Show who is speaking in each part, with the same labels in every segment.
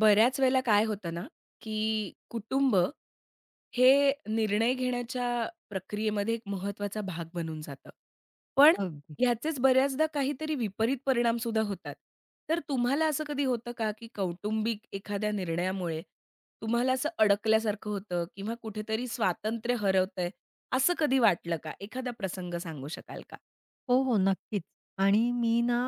Speaker 1: बऱ्याच वेळेला काय होतं ना, की कुटुंब हे निर्णय घेण्याच्या प्रक्रियेमध्ये एक महत्वाचा भाग बनून जातं. पण
Speaker 2: अगदी.
Speaker 1: ह्याचेच बऱ्याचदा काहीतरी विपरीत परिणामसुद्धा होतात. तर तुम्हाला असं कधी होतं का, की कौटुंबिक एखाद्या निर्णयामुळे तुम्हाला असं अडकल्यासारखं होतं किंवा कुठेतरी स्वातंत्र्य हरवतंय, असं कधी वाटलं का? एखादा प्रसंग सांगू शकाल का?
Speaker 2: हो, हो. नक्कीच. आणि मी ना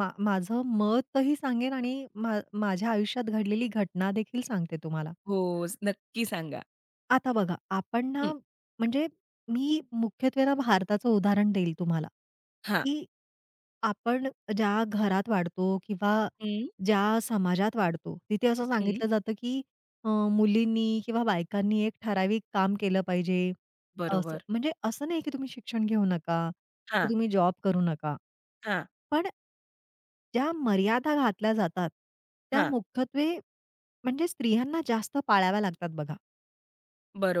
Speaker 2: माझं मतही सांगेन आणि माझ्या आयुष्यात घडलेली घटनादेखील सांगते तुम्हाला.
Speaker 1: हो, नक्की सांगा.
Speaker 2: आता बघा आपण
Speaker 1: हं.
Speaker 2: ना म्हणजे मी मुख्यत्वे ना भारताचं उदाहरण देईल तुम्हाला,
Speaker 1: हां.
Speaker 2: की आपण ज्या घरात वाढतो किंवा
Speaker 1: हं, हं.
Speaker 2: ज्या समाजात वाढतो, तिथे असं सांगितलं जातं, की मुलींनी किंवा बायकांनी एक ठराविक काम केलं पाहिजे. असं
Speaker 1: बरोबर.
Speaker 2: म्हणजे असं नाही, की तुम्ही शिक्षण घेऊ नका,
Speaker 1: हां,
Speaker 2: की तुम्ही जॉब करू नका.
Speaker 1: हां,
Speaker 2: पण ज्या मर्यादा घातल्या जातात, त्या
Speaker 1: हां.
Speaker 2: मुख्यत्वे म्हणजे स्त्रियांना जास्त पाळाव्या लागतात बघा.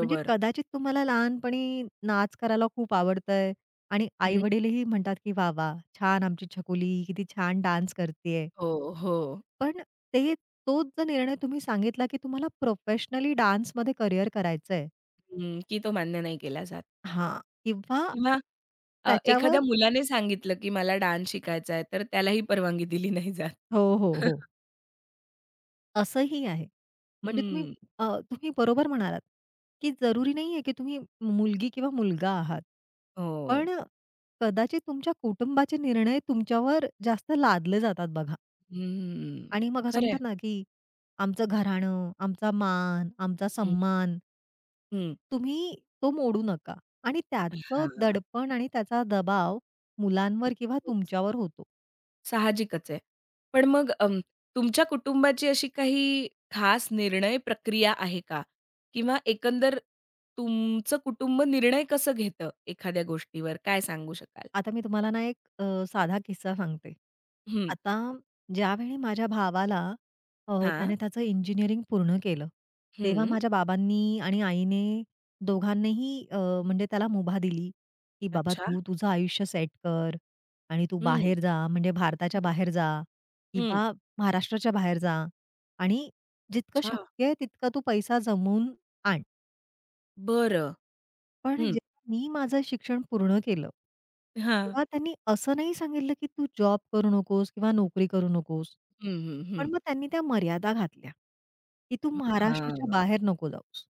Speaker 2: म्हणजे कदाचित तुम्हाला लहानपणी नाच करायला खूप आवडतंय आणि
Speaker 1: हं.
Speaker 2: आई-वडीलही म्हणतात, की "वाह, वाह! छान आमची छकुली किती छान डान्स करतीये."
Speaker 1: हो, हो.
Speaker 2: पण ते तोच जर निर्णय तुम्ही सांगितला, की तुम्हाला प्रोफेशनली डान्समध्ये करियर करायचंय
Speaker 1: हं, की तो मान्य नाही केला जात
Speaker 2: हां, किंवा
Speaker 1: किंवा
Speaker 2: त्याच्यावर
Speaker 1: एखाद्या मुलाने सांगितलं, की मला डान्स शिकायचा आहे, तर त्यालाही परवानगी दिली नाही जात.
Speaker 2: हो, हो, हो. असंही आहे. म्हणजे
Speaker 1: हं,
Speaker 2: अ, तुम्ही बरोबर म्हणालात, की जरुरी नाहीये, की तुम्ही मुलगी किंवा मुलगा आहात.
Speaker 1: हो.
Speaker 2: पण कदाचित तुमच्या कुटुंबाचे निर्णय तुमच्यावर जास्त लादले जातात बघा
Speaker 1: हं,
Speaker 2: आणि मग असं
Speaker 1: खरं आहे.
Speaker 2: म्हणतात ना, की आमचं घराणं, आमचा मान, आमचा
Speaker 1: हं,
Speaker 2: सम्मान
Speaker 1: हं.
Speaker 2: तुम्ही तो मोडू नका आणि त्याचं
Speaker 1: हां,
Speaker 2: दडपण आणि त्याचा दबाव मुलांवर किंवा तुमच्यावर होतो.
Speaker 1: साहजिकच आहे. पण मग तुमच्या कुटुंबाची अशी काही खास निर्णय प्रक्रिया आहे का? किंवा एकंदर तुमचं कुटुंब निर्णय कसं घेतं एखाद्या गोष्टीवर, काय सांगू शकाल?
Speaker 2: आता मी तुम्हाला ना एक साधा किस्सा सांगते.
Speaker 1: हं,
Speaker 2: आता ज्यावेळी माझ्या भावाला
Speaker 1: हां.
Speaker 2: त्याने त्याचं इंजिनिअरिंग पूर्ण केलं, तेव्हा
Speaker 1: हं.
Speaker 2: माझ्या बाबांनी आणि आईने दोघांनीही म्हणजे त्याला मुभा दिली, की "बाबा
Speaker 1: अच्छा.
Speaker 2: तू तुझं आयुष्य सेट कर आणि तू
Speaker 1: हं,
Speaker 2: बाहेर जा, म्हणजे
Speaker 1: हं,
Speaker 2: भारताच्या बाहेर जा
Speaker 1: हं.
Speaker 2: किंवा महाराष्ट्राच्या बाहेर जा आणि जितकं
Speaker 1: अच्छा.
Speaker 2: शक्य आहे तितका तू पैसा जमवून आण."
Speaker 1: बरं.
Speaker 2: पण
Speaker 1: हं.
Speaker 2: जेव्हा मी माझं शिक्षण पूर्ण केलं,
Speaker 1: हां.
Speaker 2: तेव्हा त्यांनी असं नाही सांगितलं, की तू जॉब करू नकोस किंवा नोकरी करू नकोस.
Speaker 1: हं, हं, हं.
Speaker 2: पण मग त्यांनी त्या मर्यादा घातल्या, की तू
Speaker 1: ह हां.
Speaker 2: महाराष्ट्राच्या बाहेर नको जाऊस.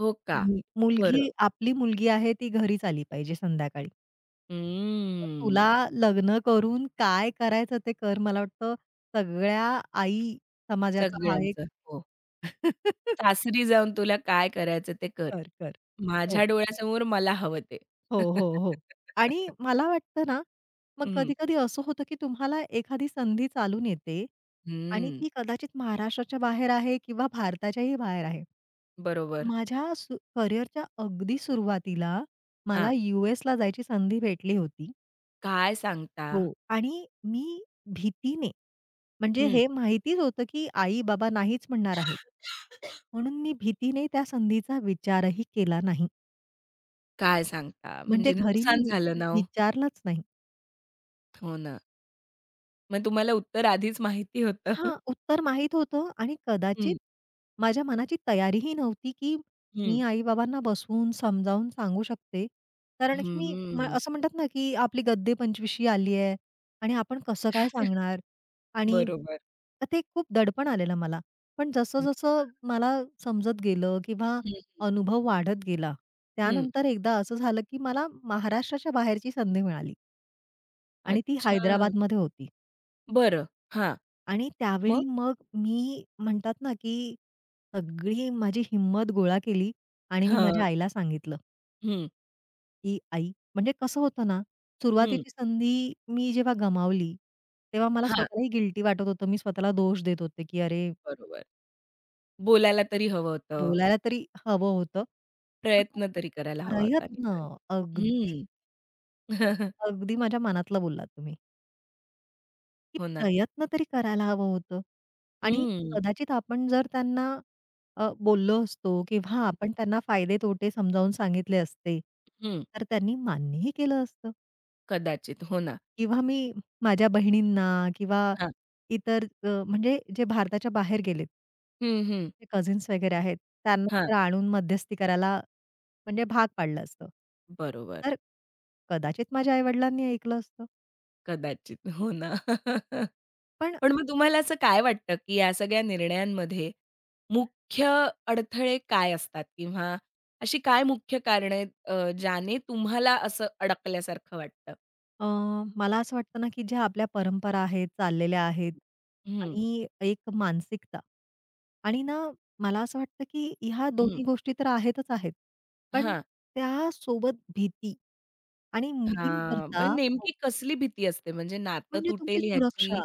Speaker 1: हो का?
Speaker 2: मु मुलगी
Speaker 1: बरं.
Speaker 2: आपली मुलगी आहे ती घरीच आली पाहिजे संध्याकाळी. मग तुला
Speaker 1: हम्म.
Speaker 2: लग्न करून काय करायचं ते कर. मला वाटतं सगळ्या आई समाजाचा हा एक
Speaker 1: सगळ्यांचं. हो. सासरी जाऊन तुला काय करायचं ते कर.
Speaker 2: कर, कर.
Speaker 1: माझ्या
Speaker 2: हो.
Speaker 1: डोळ्यासमोर मला हवं ते.
Speaker 2: हो, हो, हो. आणि मला वाटतं ना, मग
Speaker 1: हं,
Speaker 2: कधी-कधी असं होतं, की तुम्हाला एखादी संधी चालून येते आणि
Speaker 1: हं.
Speaker 2: ती कदाचित महाराष्ट्राच्या बाहेर आहे किंवा भारताच्याही बाहेर आहे.
Speaker 1: बरोबर.
Speaker 2: माझ्या करिअरच्या अगदी सुरुवातीला मला
Speaker 1: हां.
Speaker 2: यू-एसला जायची संधी भेटली होती
Speaker 1: काय सांगता?
Speaker 2: हो. आणि मी भीतीने म्हणजे
Speaker 1: हं.
Speaker 2: हे माहितीच होतं, की आई-बाबा नाहीच म्हणणार आहेत. म्हणून मी भीतीने त्या संधीचा विचारही केला नाही.
Speaker 1: काय सांगता?
Speaker 2: म्हणजे
Speaker 1: म्हणजे
Speaker 2: घरी मी
Speaker 1: नुकसान झालं ना हो.
Speaker 2: विचारलंच नाही.
Speaker 1: हो ना. मग तुम्हाला उत्तर आधीच माहिती होतं.
Speaker 2: हां, उत्तर माहीत होतं आणि कदाचित
Speaker 1: हं,
Speaker 2: माझ्या मनाची तयारीही नव्हती, की
Speaker 1: हं.
Speaker 2: मी आई-बाबांना बसवून समजावून सांगू शकते. कारण की मी
Speaker 1: हम्म.
Speaker 2: असं म्हणतात ना, की आपली गद्दे 25शी आली आहे आणि आपण कसं काय सांगणार? आणि
Speaker 1: बरोबर.
Speaker 2: तर ते खूप दडपण आलेलं मला. पण
Speaker 1: हं,
Speaker 2: जसं-जसं मला समजत गेलं किंवा
Speaker 1: हं,
Speaker 2: अनुभव वाढत गेला,
Speaker 1: हं.
Speaker 2: त्यानंतर एकदा असं झालं, की मला महाराष्ट्राच्या बाहेरची संधी मिळाली आणि ती
Speaker 1: अच्छा.
Speaker 2: हैदराबादमध्ये होती.
Speaker 1: बरं. हां.
Speaker 2: आणि त्यावेळी
Speaker 1: मग?
Speaker 2: मग मी म्हणतात ना, की सगळी माझी हिंमत गोळा केली आणि मी माझ्या
Speaker 1: हां.
Speaker 2: आईला सांगितलं,
Speaker 1: हं,
Speaker 2: की "आई" म्हणजे कसं होतं ना,
Speaker 1: हं.
Speaker 2: सुरुवातीची संधी मी जेव्हा गमावली, तेव्हा मला
Speaker 1: हां,
Speaker 2: स्वतःलाही गिल्टी वाटत होतं. मी स्वतःला दोष देत होते, की "अरे,
Speaker 1: बरोबर. बोलायला तरी हवं होतं.
Speaker 2: बोलायला तरी हवं होतं." असा
Speaker 1: प्रयत्न तरी करायला हवा होता
Speaker 2: प्रयत्न,
Speaker 1: निदान.
Speaker 2: अगदी,
Speaker 1: हं.
Speaker 2: अगदी माझ्या मनातलं बोललात तुम्ही. की
Speaker 1: हो ना.
Speaker 2: प्रयत्न तरी करायला हवं होतं आणि
Speaker 1: हं,
Speaker 2: कदाचित आपण जर त्यांना बोललो असतो किंवा आपण त्यांना फायदे-तोटे समजावून सांगितले असते,
Speaker 1: हं.
Speaker 2: तर त्यांनी मान्यही केलं असतं
Speaker 1: कदाचित. हो ना.
Speaker 2: किंवा मी माझ्या बहिणींना किंवा
Speaker 1: हां.
Speaker 2: इतर म्हणजे जे भारताच्या बाहेर गेलेत
Speaker 1: हं, हं.
Speaker 2: जे कझिन्स वगैरे आहेत, त्यांना
Speaker 1: हां.
Speaker 2: जर आणून मध्यस्थी करायला म्हणजे भाग पाडलं असतं.
Speaker 1: बरोबर.
Speaker 2: तर कदाचित माझ्या आई ऐकलं असतं.
Speaker 1: कदाचित. हो ना.
Speaker 2: पण
Speaker 1: पण मग तुम्हाला असं काय वाटतं, की या सगळ्या निर्णयांमध्ये मुख्य अडथळे काय असतात? किंवा अशी काय मुख्य कारणं आहेत ज्याने तुम्हाला असं अडकल्यासारखं वाटतं?
Speaker 2: अ, मला असं वाटतं ना, की ज्या आपल्या परंपरा आहेत, चाललेल्या आहेत
Speaker 1: हं,
Speaker 2: आणि एक मानसिकता आणि ना मला असं वाटतं, की ह्या
Speaker 1: हं.
Speaker 2: दोन्ही गोष्टी तर आहेतच आहेत. पण
Speaker 1: हां,
Speaker 2: त्यासोबत भीती आणि
Speaker 1: हां. मग
Speaker 2: मुलींकरता
Speaker 1: नेमकी कसली भीती असते? म्हणजे नातं
Speaker 2: म्हणजे तुमची
Speaker 1: तुटेल ह्याची?
Speaker 2: सुरक्षा,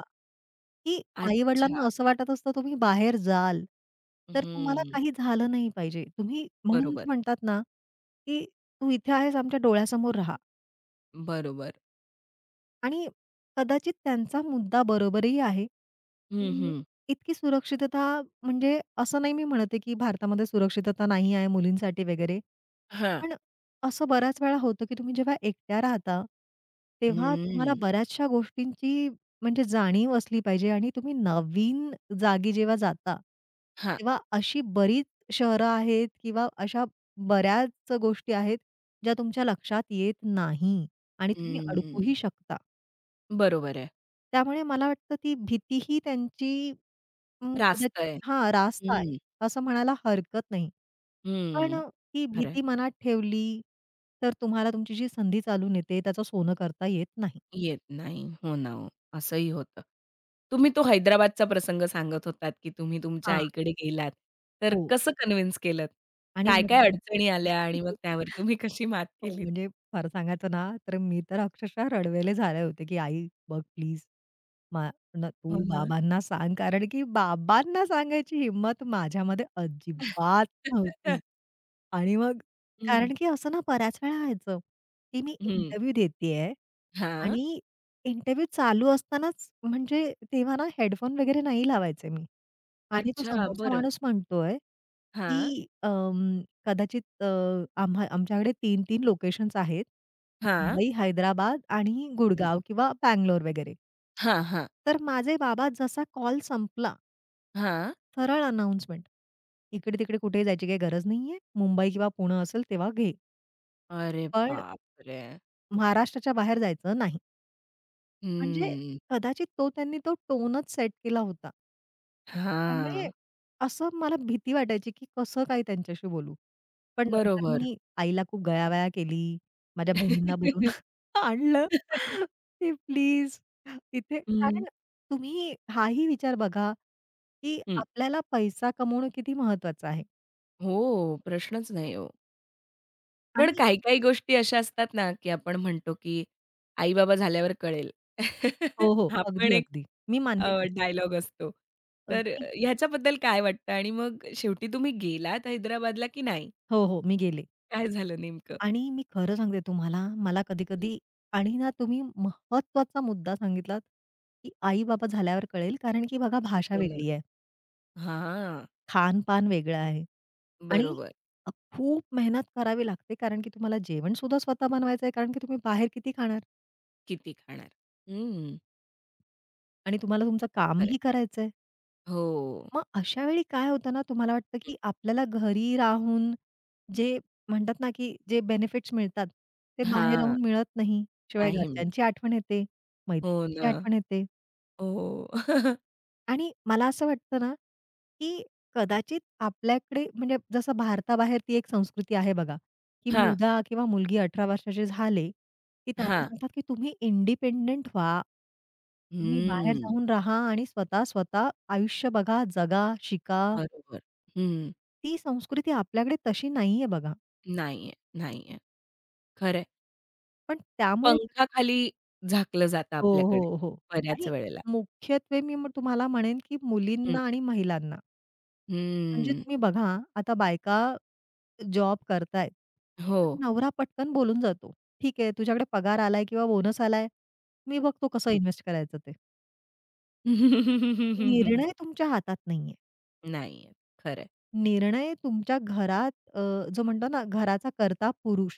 Speaker 2: की आई-वडिलांना
Speaker 1: अच्छा.
Speaker 2: असं वाटत असतं तुम्ही बाहेर जाल, तर तुम्हाला
Speaker 1: हं.
Speaker 2: काही झालं नाही पाहिजे. तुम्ही म्हणून ते
Speaker 1: बरोबर,
Speaker 2: म्हणतात ना, की "तू इथे आहेस आमच्या डोळ्यासमोर राहा."
Speaker 1: बरोबर.
Speaker 2: आणि कदाचित त्यांचा मुद्दा बरोबरही आहे.
Speaker 1: हं,
Speaker 2: अं,
Speaker 1: हं.
Speaker 2: इतकी सुरक्षितता म्हणजे असं नाही मी म्हणत की भारतामध्ये सुरक्षितता नाही आहे मुलींसाठी वगैरे.
Speaker 1: हां.
Speaker 2: पण असं बऱ्याच वेळा होतं, की तुम्ही जेव्हा एकट्या राहता, तेव्हा तुम्हाला
Speaker 1: हं.
Speaker 2: बऱ्याचशा गोष्टींची म्हणजे जाणीव असली पाहिजे आणि तुम्ही नवीन जागी जेव्हा जाता,
Speaker 1: हां.
Speaker 2: तेव्हा अशी बरीच शहरं आहेत किंवा अशा बऱ्याच गोष्टी आहेत, ज्या तुमच्या लक्षात येत नाही आणि तुम्ही
Speaker 1: हं.
Speaker 2: अडकूही शकता.
Speaker 1: बरोबर आहे.
Speaker 2: त्यामुळे मला वाटतं ती भीतीही त्यांची
Speaker 1: रास्त
Speaker 2: कदाचित
Speaker 1: आहे.
Speaker 2: हां, रास्त आहे,
Speaker 1: हं,
Speaker 2: असं म्हणायला हरकत नाही. पण
Speaker 1: हं.
Speaker 2: ती
Speaker 1: खरं
Speaker 2: भीती मनात ठेवली, तर तुम्हाला तुमची जी संधी चालून येते, त्याचं सोनं करता येत नाही.
Speaker 1: येत नाही. हो ना हो. असंही होतं. तुम्ही तो हैदराबादचा प्रसंग सांगत होतात, की तुम्ही तुमच्या
Speaker 2: हां,
Speaker 1: आईकडे गेलात. तर
Speaker 2: हो.
Speaker 1: कसं कन्व्हिन्स केलंत?
Speaker 2: आणि मग
Speaker 1: काय-काय अडचणी आल्या आणि मग त्यावर तुम्ही कशी मात
Speaker 2: हो,
Speaker 1: केलीत?
Speaker 2: म्हणजे फार सांगायचं ना, तर मी तर अक्षरशः रडवेले झाले होते, की "आई बघ प्लीज, मा न
Speaker 1: हो
Speaker 2: तू
Speaker 1: ना.
Speaker 2: बाबांना सांग." कारण की बाबांना सांगायची हिंमत माझ्यामध्ये अजिबात नव्हती. आणि मग
Speaker 1: हं,
Speaker 2: कारण की असं ना बऱ्याच वेळा व्हायचं, की मी
Speaker 1: हं.
Speaker 2: इंटरव्ह्यू देतीये
Speaker 1: हां.
Speaker 2: आणि इंटरव्ह्यू चालू असतानाच म्हणजे तेव्हा ना हेडफोन वगैरे नाही लावायचे मी. आणि तो
Speaker 1: अच्छा,
Speaker 2: समोरचा
Speaker 1: बरं.
Speaker 2: माणूस म्हणतोय,
Speaker 1: हां,
Speaker 2: की कदाचित आमच्याकडे 3 लोकेशन्स आहेत.
Speaker 1: हां.
Speaker 2: मुंबई, हैदराबाद आणि
Speaker 1: हं.
Speaker 2: गुडगाव किंवा बंगलोर वगैरे.
Speaker 1: हां, हां.
Speaker 2: तर माझे बाबा जसा कॉल संपला,
Speaker 1: हां.
Speaker 2: सरळ अनाउन्समेंट. इकडे-तिकडे कुठेही जायची काही गरज नाहीये. मुंबई किंवा पुणे असेल तेव्हा घे.
Speaker 1: अरे
Speaker 2: पण
Speaker 1: बापरे!
Speaker 2: महाराष्ट्राच्या बाहेर जायचं नाही. म्हणजे
Speaker 1: हं.
Speaker 2: कदाचित तो त्यांनी तो टोनच सेट केला होता. त्यामुळे
Speaker 1: हां.
Speaker 2: असं मला भीती वाटायची, की कसं काय त्यांच्याशी बोलू? पण नंतर
Speaker 1: बरोबर.
Speaker 2: मी आईला खूप गयावया केली. माझ्या बहिणींना बोलवून आणलं, की "प्लीज इथे"
Speaker 1: हं,
Speaker 2: कारण तुम्ही हाही विचार बघा, की
Speaker 1: हं.
Speaker 2: आपल्याला पैसा कमवणं किती महत्वाचं आहे
Speaker 1: हो, प्रश्नच नाही हो. पण
Speaker 2: आणि
Speaker 1: काही-काही गोष्टी अशा असतात ना, की आपण म्हणतो, की आई-बाबा झाल्यावर कळेल.
Speaker 2: हो, हो.
Speaker 1: हा पण
Speaker 2: अगदी,
Speaker 1: एक
Speaker 2: अगदी. मी
Speaker 1: अ,
Speaker 2: मान्य करते.
Speaker 1: डायलॉग असतो. तर
Speaker 2: अगदी
Speaker 1: ह्याच्याबद्दल काय वाटतं आणि मग शेवटी तुम्ही गेलात हैदराबादला की नाही?
Speaker 2: हो, हो. मी गेले.
Speaker 1: काय झालं नेमकं?
Speaker 2: आणि मी खरं सांगते तुम्हाला, मला
Speaker 1: हं,
Speaker 2: कधी-कधी आणि ना तुम्ही महत्त्वाचा मुद्दा सांगितलात, की आई-बाबा झाल्यावर कळेल, कारण की बघा भाषा
Speaker 1: हो ना.
Speaker 2: वेगळी आहे,
Speaker 1: हां,
Speaker 2: खानपान वेगळं आहे आणि
Speaker 1: बरोबर.
Speaker 2: अ, खूप मेहनत करावी लागते, कारण की तुम्हाला जेवणसुद्धा स्वतः बनवायचं आहे, कारण की तुम्ही बाहेर किती खाणार?
Speaker 1: किती खाणार? हं,
Speaker 2: आणि तुम्हाला तुमचं
Speaker 1: खरं
Speaker 2: कामही करायचं आहे.
Speaker 1: हो.
Speaker 2: मग अशा वेळी काय होतं ना, तुम्हाला वाटतं
Speaker 1: हं.
Speaker 2: की आपल्याला घरी राहून जे म्हणतात ना, की जे बेनिफिट्स मिळतात, ते बाहेर
Speaker 1: हां,
Speaker 2: राहून मिळत नाही. शिवाय
Speaker 1: नाही मिळत.
Speaker 2: घरच्यांची आठवण येते,
Speaker 1: हो
Speaker 2: मैत्रिणींची
Speaker 1: ना.
Speaker 2: आठवण येते.
Speaker 1: हो.
Speaker 2: आणि मला असं वाटतं ना, की कदाचित आपल्याकडे म्हणजे जसं भारताबाहेर ती एक संस्कृती आहे बघा, की
Speaker 1: हां,
Speaker 2: मुलगा किंवा मुलगी 18 वर्षाचे झाले, की त्यांना
Speaker 1: हां.
Speaker 2: सांगतात, की तुम्ही इंडिपेंडेंट व्हा. तुम्ही बाहेर
Speaker 1: हं,
Speaker 2: जाऊन राहा आणि स्वतः, स्वतः आयुष्य बघा, जगा, शिका.
Speaker 1: बरोबर. हं,
Speaker 2: ती संस्कृती आपल्याकडे तशी नाहीये बघा.
Speaker 1: नाहीये, नाहीये. खरं
Speaker 2: पण त्यामुळे
Speaker 1: पंखाखाली झाकलं जातं
Speaker 2: हो, हो,
Speaker 1: आपल्याकडे
Speaker 2: हो.
Speaker 1: बऱ्याच
Speaker 2: आणि
Speaker 1: वेळेला.
Speaker 2: मुख्यत्वे मी मग तुम्हाला म्हणेन, की
Speaker 1: हं.
Speaker 2: मुलींना आणि महिलांना. म्हणजे
Speaker 1: हम्म.
Speaker 2: तुम्ही बघा, आता बायका जॉब करतायेत.
Speaker 1: हो.
Speaker 2: पण नवरा पटकन बोलून जातो. "ठीक आहे, तुझ्याकडे पगार आलाय किंवा बोनस आलाय, मी बघतो कसं
Speaker 1: हं.
Speaker 2: इन्व्हेस्ट करायचं ते." निर्णय तुमच्या हातात नाहीये.
Speaker 1: नाहीये. खरं आहे.
Speaker 2: निर्णय तुमच्या घरात जो म्हणतो ना, घराचा कर्ता पुरुष,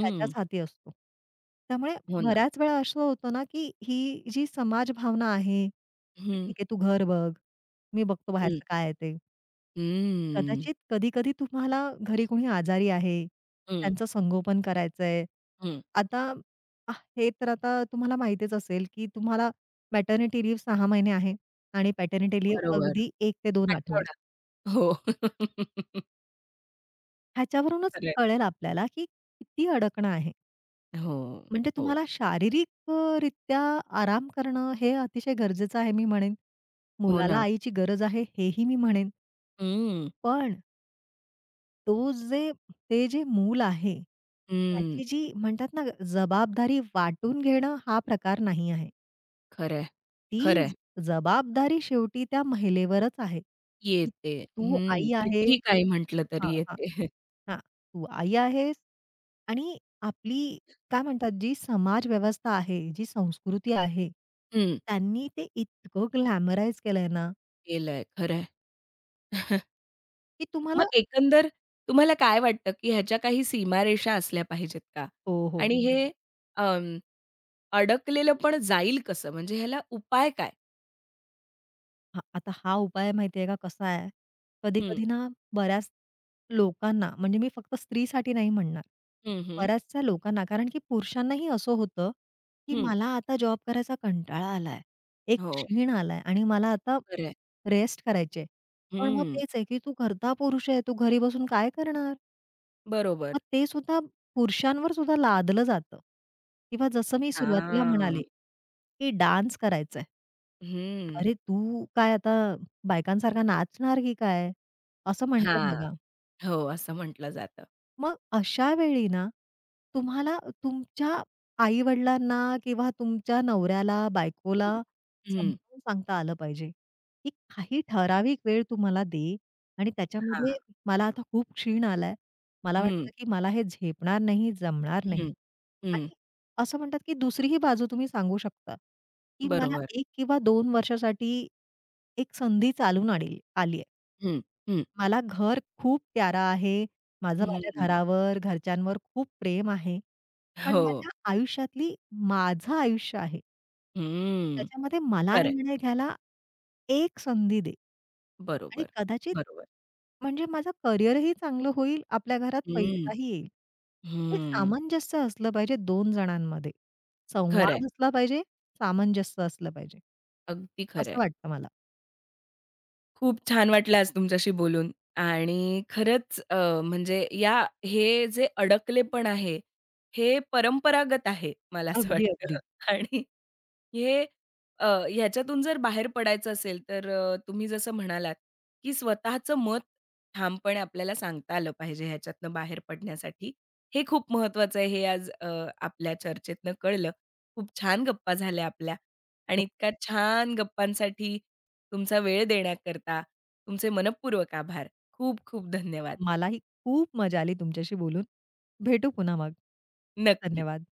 Speaker 2: त्याच्याच हाती असतो. त्यामुळे
Speaker 1: हो ना.
Speaker 2: बऱ्याच वेळा असं होतं ना, की ही जी समाज भावना आहे, की
Speaker 1: हं.
Speaker 2: "ठीक आहे, तू घर बघ, मी बघतो
Speaker 1: हं.
Speaker 2: बाहेरचं काय आहे ते."
Speaker 1: हम्म.
Speaker 2: कदाचित कधी-कधी तुम्हाला घरी कोणी आजारी आहे,
Speaker 1: हं.
Speaker 2: त्यांचं संगोपन करायचंय.
Speaker 1: हं.
Speaker 2: आता हे तर आता तुम्हाला माहितीच असेल, की तुम्हाला मॅटर्निटी लीव्ह 6 महिने आहे आणि पॅटर्निटी लीव्ह
Speaker 1: बरोबर.
Speaker 2: अगदी एक ते 2 आठवडे.
Speaker 1: आठवडा. हो.
Speaker 2: ह्याच्यावरूनच
Speaker 1: खरं आहे.
Speaker 2: कळेल आपल्याला, की किती अडकणं आहे.
Speaker 1: हो,
Speaker 2: म्हणजे
Speaker 1: हो.
Speaker 2: तुम्हाला शारीरिक रित्या आराम करणं हे अतिशय गरजेचं आहे मी म्हणेन.
Speaker 1: हो
Speaker 2: मुलाला
Speaker 1: ना.
Speaker 2: आईची गरज आहे हेही मी म्हणेन.
Speaker 1: हम्म.
Speaker 2: पण तो जे ते जे मूल आहे,
Speaker 1: हं.
Speaker 2: त्याची जी म्हणतात ना जबाबदारी वाटून घेणं हा प्रकार नाही आहे.
Speaker 1: खरं आहे.
Speaker 2: ती
Speaker 1: खरं आहे.
Speaker 2: ज- जबाबदारी शेवटी त्या महिलेवरच आहे, की
Speaker 1: येते.
Speaker 2: तू
Speaker 1: हं.
Speaker 2: आई आहेस
Speaker 1: कितीही काही म्हटलं
Speaker 2: हां,
Speaker 1: तरी
Speaker 2: हां,
Speaker 1: येते.
Speaker 2: हां. तू आई आहेस आणि आपली काय म्हणतात जी समाज व्यवस्था आहे, जी संस्कृती आहे,
Speaker 1: हं.
Speaker 2: त्यांनी ते इतकं ग्लॅमराइज केलंय ना,
Speaker 1: केलंय. खरं
Speaker 2: की तुम्हाला
Speaker 1: मग एकंदर तुम्हाला काय वाटतं, की ह्याच्या काही सीमारेषा असल्या पाहिजेत का?
Speaker 2: हो, हो.
Speaker 1: आणि हे अं, अडकलेलं पण जाईल कसं? म्हणजे ह्याला उपाय काय?
Speaker 2: हां, आता हा उपाय माहिती आहे का कसा आहे,
Speaker 1: हं,
Speaker 2: कधी-कधी ना बऱ्याच लोकांना म्हणजे मी फक्त स्त्रीसाठी नाही म्हणणार,
Speaker 1: हं, हं,
Speaker 2: बऱ्याचशा लोकांना कारण की पुरुषांनाही असं होतं, की
Speaker 1: हं.
Speaker 2: मला आता जॉब करायचा कंटाळा आलाय, एक
Speaker 1: हो,
Speaker 2: क्षीण आलाय आणि मला आता
Speaker 1: खरं आहे.
Speaker 2: रेस्ट करायची आहे. पण मग
Speaker 1: हं,
Speaker 2: तेच आहे, की तू घरचा पुरुष आहे, तू घरी बसून काय करणार?
Speaker 1: बरोबर.
Speaker 2: मग ते सुद्धा पुरुषांवर सुद्धा लादलं जातं किंवा जसं मी सुरुवातीला
Speaker 1: हां.
Speaker 2: म्हणाले, की डान्स करायचा
Speaker 1: हं.
Speaker 2: अरे, तू काय आता बायकांसारखा नाचणार की काय? असं म्हणतात
Speaker 1: हां.
Speaker 2: बघा.
Speaker 1: हो, असं म्हटलं जातं.
Speaker 2: मग अशा वेळी ना, तुम्हाला तुमच्या आई-वडिलांना किंवा तुमच्या नवऱ्याला, बायकोला
Speaker 1: हं. हं.
Speaker 2: समजावून सांगता आलं पाहिजे, की काही ठराविक वेळ तुम्हाला दे आणि त्याच्यामध्ये
Speaker 1: हां.
Speaker 2: मला आता खूप क्षीण आलाय. मला
Speaker 1: हं,
Speaker 2: वाटतं की मला हे झेपणार नाही, जमणार नाही.
Speaker 1: हं, हं.
Speaker 2: आणि असं म्हणतात, की दुसरी ही बाजू तुम्ही सांगू शकता, की मला
Speaker 1: बरोबर.
Speaker 2: 1 किंवा 2 वर्षासाठी एक संधी चालून आलीये.
Speaker 1: हं, हं,
Speaker 2: मला घर खूप प्यारा आहे. माझं माझ्या
Speaker 1: हं.
Speaker 2: घरावर, घरच्यांवर खूप प्रेम आहे. पण
Speaker 1: हो.
Speaker 2: माझ्या आयुष्यातली माझं आयुष्य आहे.
Speaker 1: हं.
Speaker 2: त्याच्यामध्ये मला
Speaker 1: खरं
Speaker 2: निर्णय घ्यायला एक संधी दे. आणि
Speaker 1: बरोबर,
Speaker 2: कदाचित
Speaker 1: बरोबर.
Speaker 2: म्हणजे माझं करिअरही चांगलं होईल, आपल्या घरात
Speaker 1: हं,
Speaker 2: पैसाही येईल. ते
Speaker 1: हं.
Speaker 2: सामंजस्य असलं पाहिजे 2 जणांमध्ये.
Speaker 1: खरं आहे.
Speaker 2: संवाद असला पाहिजे, सामंजस्य असलं पाहिजे.
Speaker 1: अगदी खरं
Speaker 2: असं
Speaker 1: आहे.
Speaker 2: वाटतं मला.
Speaker 1: खूप छान वाटलं आज तुमच्याशी बोलून आणि खरंच म्हणजे या हे जे अडकलेपण आहे, हे परंपरागत आहे मला असं
Speaker 2: अगदी,
Speaker 1: वाटतं
Speaker 2: अगदी.
Speaker 1: आणि हे अ, ह्याच्यातून जर बाहेर पडायचं असेल तर तुम्ही जसं म्हणालात, की स्वतःचं मत ठामपणे आपल्याला सांगता आलं पाहिजे ह्याच्यातनं बाहेर पडण्यासाठी. हे खूप महत्वाचं आहे हे आज आपल्या चर्चेतनं कळलं. खूप छान गप्पा झाल्या आपल्या. आणि
Speaker 2: हो.
Speaker 1: इतक्या छान गप्पांसाठी तुमचा वेळ देण्याकरता तुमचे मनःपूर्वक आभार. खूप खूप धन्यवाद.
Speaker 2: मलाही खूप मजा आली तुमच्याशी बोलून. भेटू पुन्हा मग.
Speaker 1: नक्की.
Speaker 2: धन्यवाद.